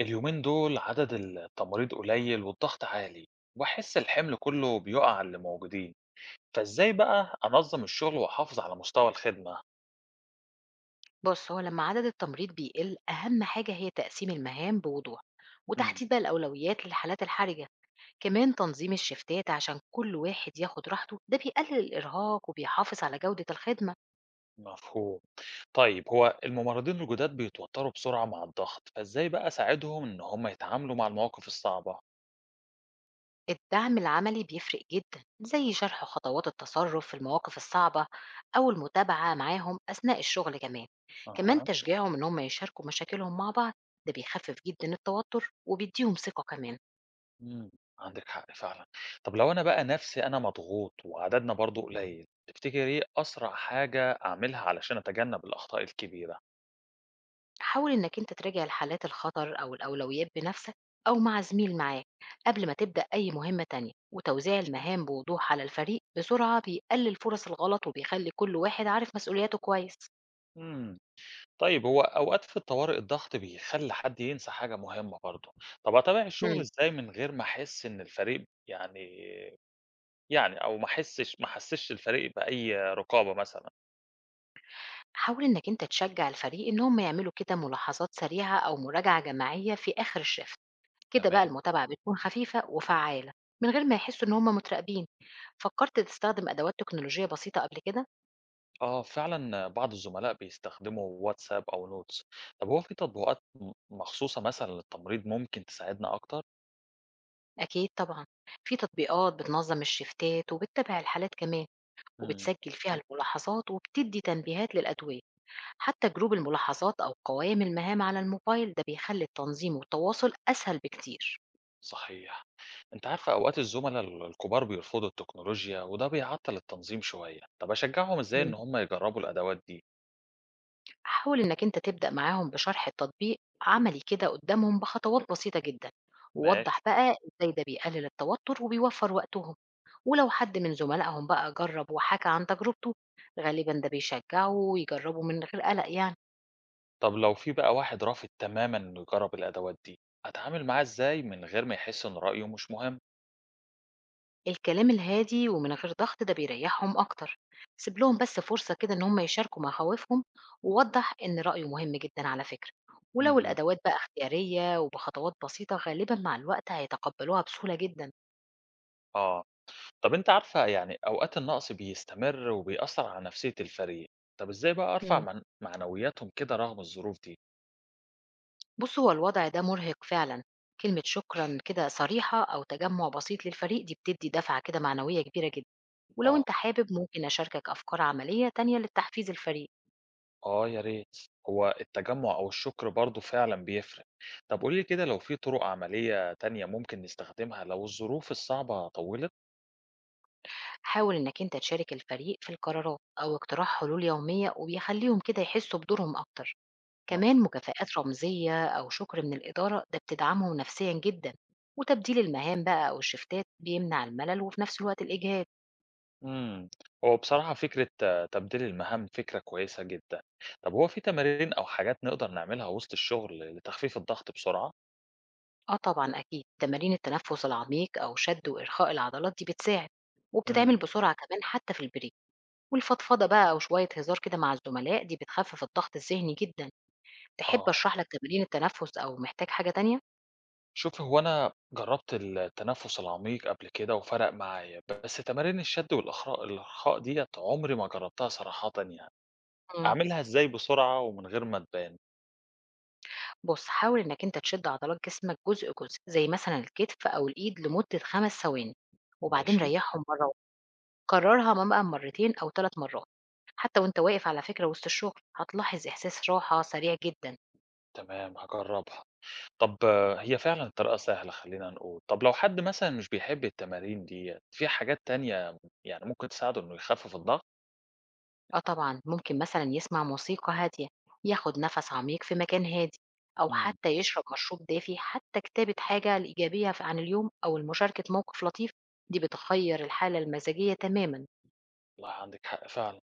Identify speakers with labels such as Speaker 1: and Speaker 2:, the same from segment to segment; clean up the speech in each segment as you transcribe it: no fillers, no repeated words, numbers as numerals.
Speaker 1: اليومين دول عدد التماريض قليل والضغط عالي، وأحس الحمل كله بيقع على اللي موجودين. فإزاي بقى أنظم الشغل وأحافظ على مستوى الخدمة؟
Speaker 2: بص هو لما عدد التمريض بيقل أهم حاجة هي تقسيم المهام بوضوح
Speaker 1: مم.
Speaker 2: وتحديد بقى الأولويات للحالات الحرجة. كمان تنظيم الشفتات عشان كل واحد ياخد راحته ده بيقلل الإرهاق وبيحافظ على جودة الخدمة.
Speaker 1: مفهوم. طيب هو الممرضين الجداد بيتوتروا بسرعة مع الضغط، فإزاي بقى أساعدهم إن هم يتعاملوا مع المواقف الصعبة؟
Speaker 2: الدعم العملي بيفرق جدا زي شرح خطوات التصرف في المواقف الصعبة أو المتابعة معاهم أثناء الشغل كمان. كمان
Speaker 1: أها.
Speaker 2: تشجيعهم إن هم يشاركوا مشاكلهم مع بعض ده بيخفف جدا التوتر وبيديهم ثقة كمان.
Speaker 1: مم. عندك حق فعلا. طب لو أنا بقى نفسي أنا مضغوط وعددنا برضو قليل، تفتكر إيه أسرع حاجة أعملها علشان أتجنب الأخطاء الكبيرة؟
Speaker 2: حاول إنك أنت تراجع الحالات الخطر أو الأولويات بنفسك أو مع زميل معاك قبل ما تبدأ أي مهمة تانية وتوزيع المهام بوضوح على الفريق بسرعة بيقلل فرص الغلط وبيخلي كل واحد عارف مسؤولياته كويس.
Speaker 1: مم. طيب هو أوقات في الطوارئ الضغط بيخلي حد ينسى حاجة مهمة برضه، طب أتابع الشغل
Speaker 2: مم.
Speaker 1: إزاي من غير ما أحس إن الفريق يعني، أو ما أحسش ما أحسسش الفريق بأي رقابة مثلًا؟
Speaker 2: حاول إنك أنت تشجع الفريق إن هم يعملوا كده ملاحظات سريعة أو مراجعة جماعية في آخر الشفت. كده بقى
Speaker 1: تمام.
Speaker 2: المتابعة بتكون خفيفة وفعالة من غير ما يحسوا إن هم متراقبين. فكرت تستخدم أدوات تكنولوجية بسيطة قبل كده؟
Speaker 1: آه فعلًا بعض الزملاء بيستخدموا واتساب أو نوتس، طب هو في تطبيقات مخصوصة مثلًا للتمريض ممكن تساعدنا أكتر؟
Speaker 2: أكيد طبعًا، في تطبيقات بتنظّم الشيفتات وبتتابع الحالات كمان،
Speaker 1: إمم.
Speaker 2: وبتسجّل فيها الملاحظات وبتدّي تنبيهات للأدوية، حتى جروب الملاحظات أو قوائم المهام على الموبايل ده بيخلّي التنظيم والتواصل أسهل بكتير.
Speaker 1: صحيح. أنت عارفة أوقات الزملاء الكبار بيرفضوا التكنولوجيا وده بيعطل التنظيم شوية، طب أشجعهم إزاي
Speaker 2: إمم.
Speaker 1: إن هم يجربوا الأدوات دي؟
Speaker 2: حاول إنّك أنت تبدأ معاهم بشرح التطبيق عملي كده قدّامهم بخطوات بسيطة جدًا، ووضّح
Speaker 1: ماشي.
Speaker 2: بقى إزاي ده بيقلل التوتر وبيوفّر وقتهم، ولو حد من زملائهم بقى جرّب وحكى عن تجربته غالبًا ده بيشجعه ويجرّبه من غير قلق يعني.
Speaker 1: طب لو في بقى واحد رافض تمامًا إنه يجرّب الأدوات دي، أتعامل معاه إزاي من غير ما يحس إن رأيه مش مهم؟
Speaker 2: الكلام الهادي ومن غير ضغط ده بيريحهم أكتر. سيب لهم بس فرصة كده إن هم يشاركوا مخاوفهم ووضح إن رأيه مهم جدا على فكرة. ولو
Speaker 1: اهم.
Speaker 2: الأدوات بقى اختيارية وبخطوات بسيطة غالبا مع الوقت هيتقبلوها بسهولة جدا.
Speaker 1: آه. طب أنتِ عارفة يعني أوقات النقص بيستمر وبيأثّر على نفسية الفريق، طب إزاي بقى أرفع
Speaker 2: مم.
Speaker 1: من معنوياتهم كده رغم الظروف دي؟
Speaker 2: بص هو الوضع ده مرهق فعلا. كلمة شكرا كده صريحة أو تجمع بسيط للفريق دي بتدي دفعة كده معنوية كبيرة جدا. ولو
Speaker 1: آه،
Speaker 2: أنت حابب ممكن أشاركك أفكار عملية تانية للتحفيز الفريق.
Speaker 1: آه يا ريت. هو التجمُّع أو الشكر برضه فعلًا بيفرق، طب قولي لي كده لو في طرق عملية تانية ممكن نستخدمها لو الظروف الصعبة طوّلت؟
Speaker 2: حاول إنك أنت تشارك الفريق في القرارات أو اقتراح حلول يومية وبيخليهم كده يحسوا بدورهم أكتر. كمان
Speaker 1: مفهوم.
Speaker 2: مكافآت رمزية أو شكر من الإدارة ده بتدعمهم نفسيا جدا. وتبديل المهام بقى أو الشفتات بيمنع الملل وفي نفس الوقت الإجهاد.
Speaker 1: إمم. هو بصراحة فكرة آه، تبديل المهام فكرة كويسة جدًا. طب هو في تمارين أو حاجات نقدر نعملها وسط الشغل لتخفيف الضغط بسرعة؟
Speaker 2: آه طبعا أكيد تمارين التنفس العميق أو شد وإرخاء العضلات دي بتساعد وبتتعمل
Speaker 1: إمم.
Speaker 2: بسرعة كمان حتى في البريك. والفضفضة بقى أو شوية هزار كده مع الزملاء دي بتخفف الضغط الذهني جدا. تحب
Speaker 1: آه.
Speaker 2: أشرح لك تمارين التنفس أو محتاج حاجة تانية؟
Speaker 1: شوف هو أنا جرّبت التنفس العميق قبل كده وفرق معايا، بس تمارين الشد الإرخاء ديّة عمري ما جرّبتها صراحةً يعني.
Speaker 2: مم.
Speaker 1: أعملها إزاي بسرعة ومن غير ما تبان؟
Speaker 2: بُص، حاول إنك أنت تشد عضلات جسمك جزء، جزء، زي مثلًا الكتف أو الإيد لمدة 5 ثواني، وبعدين
Speaker 1: ماشي،
Speaker 2: ريّحهم مرّة واحدة، كررها بقى مرتين أو 3 مرات، حتى وأنت واقف على فكرة وسط الشغل، هتلاحظ إحساس راحة سريع جدًا.
Speaker 1: تمام هاجرّبها. طب آه، هي فعلًا الطريقة سهلة خلّينا نقول، طب لو حد مثلًا مش بيحب التمارين ديّة، في حاجات تانية يعني ممكن تساعده إنه يخفف الضغط؟
Speaker 2: آه طبعًا، ممكن مثلًا يسمع موسيقى هادية، ياخد نفس عميق في مكان هادي، أو
Speaker 1: إمم.
Speaker 2: حتى يشرب مشروب دافي، حتى كتابة حاجة الإيجابية ف عن اليوم أو مشاركة موقف لطيف، دي بتغيّر الحالة المزاجية تمامًا.
Speaker 1: والله عندِك حق فعلًا.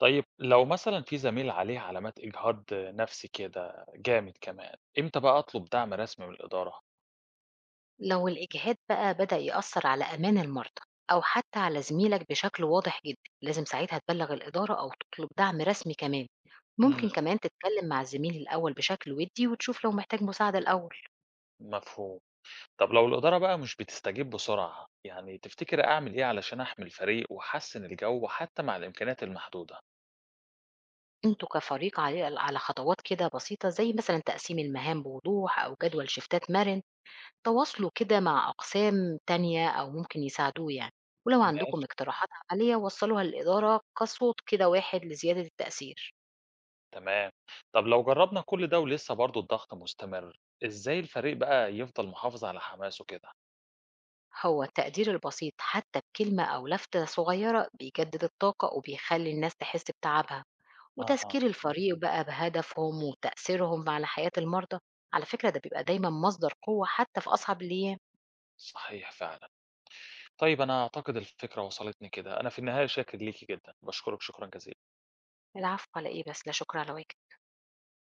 Speaker 1: طيب لو مثلًا في زميل عليه علامات إجهاض نفسي كده جامد كمان، إمتى بقى أطلب دعم رسمي من الإدارة؟
Speaker 2: لو الإجهاد بقى بدأ يأثر على أمان المرضى أو حتى على زميلك بشكل واضح جدا لازم ساعتها تبلغ الإدارة أو تطلب دعم رسمي كمان.
Speaker 1: إمم.
Speaker 2: ممكن كمان تتكلم مع الزميل الأول بشكل ودي وتشوف لو محتاج مساعدة الأول.
Speaker 1: مفهوم. طب لو الإدارة بقى مش بتستجيب بسرعة، يعني تفتكري أعمل إيه علشان أحمي الفريق وأحسّن الجو حتى مع الإمكانيات المحدودة؟
Speaker 2: انتوا كفريق علي على خطوات كده بسيطة زي مثلا تقسيم المهام بوضوح أو جدول شفتات مرن. تواصلوا كده مع أقسام تانية أو ممكن يساعدوه يعني. ولو عندكم
Speaker 1: ماشي.
Speaker 2: اقتراحات عملية وصلوها للإدارة كصوت كده واحد لزيادة التأثير.
Speaker 1: تمام. طب لو جرّبنا كل ده ولسه برضه الضغط مستمر، إزاي الفريق بقى يفضل محافظ على حماسه كده؟
Speaker 2: هو التقدير البسيط حتى بكلمة أو لفتة صغيرة بيجدد الطاقة وبيخلي الناس تحس بتعبها.
Speaker 1: أها.
Speaker 2: وتذكير الفريق بقى بهدفهم وتأثيرهم على حياة المرضى. على فكرة ده بيبقى دايما مصدر قوة حتى في أصعب الأيام.
Speaker 1: صحيح فعلًا. طيب أنا أعتقد الفكرة وصلتني كده، أنا في النهاية شاكر ليكِ جدًا، باشكرِك شكرًا جزيلًا.
Speaker 2: العفو على إيه بس لا شكر على واجب.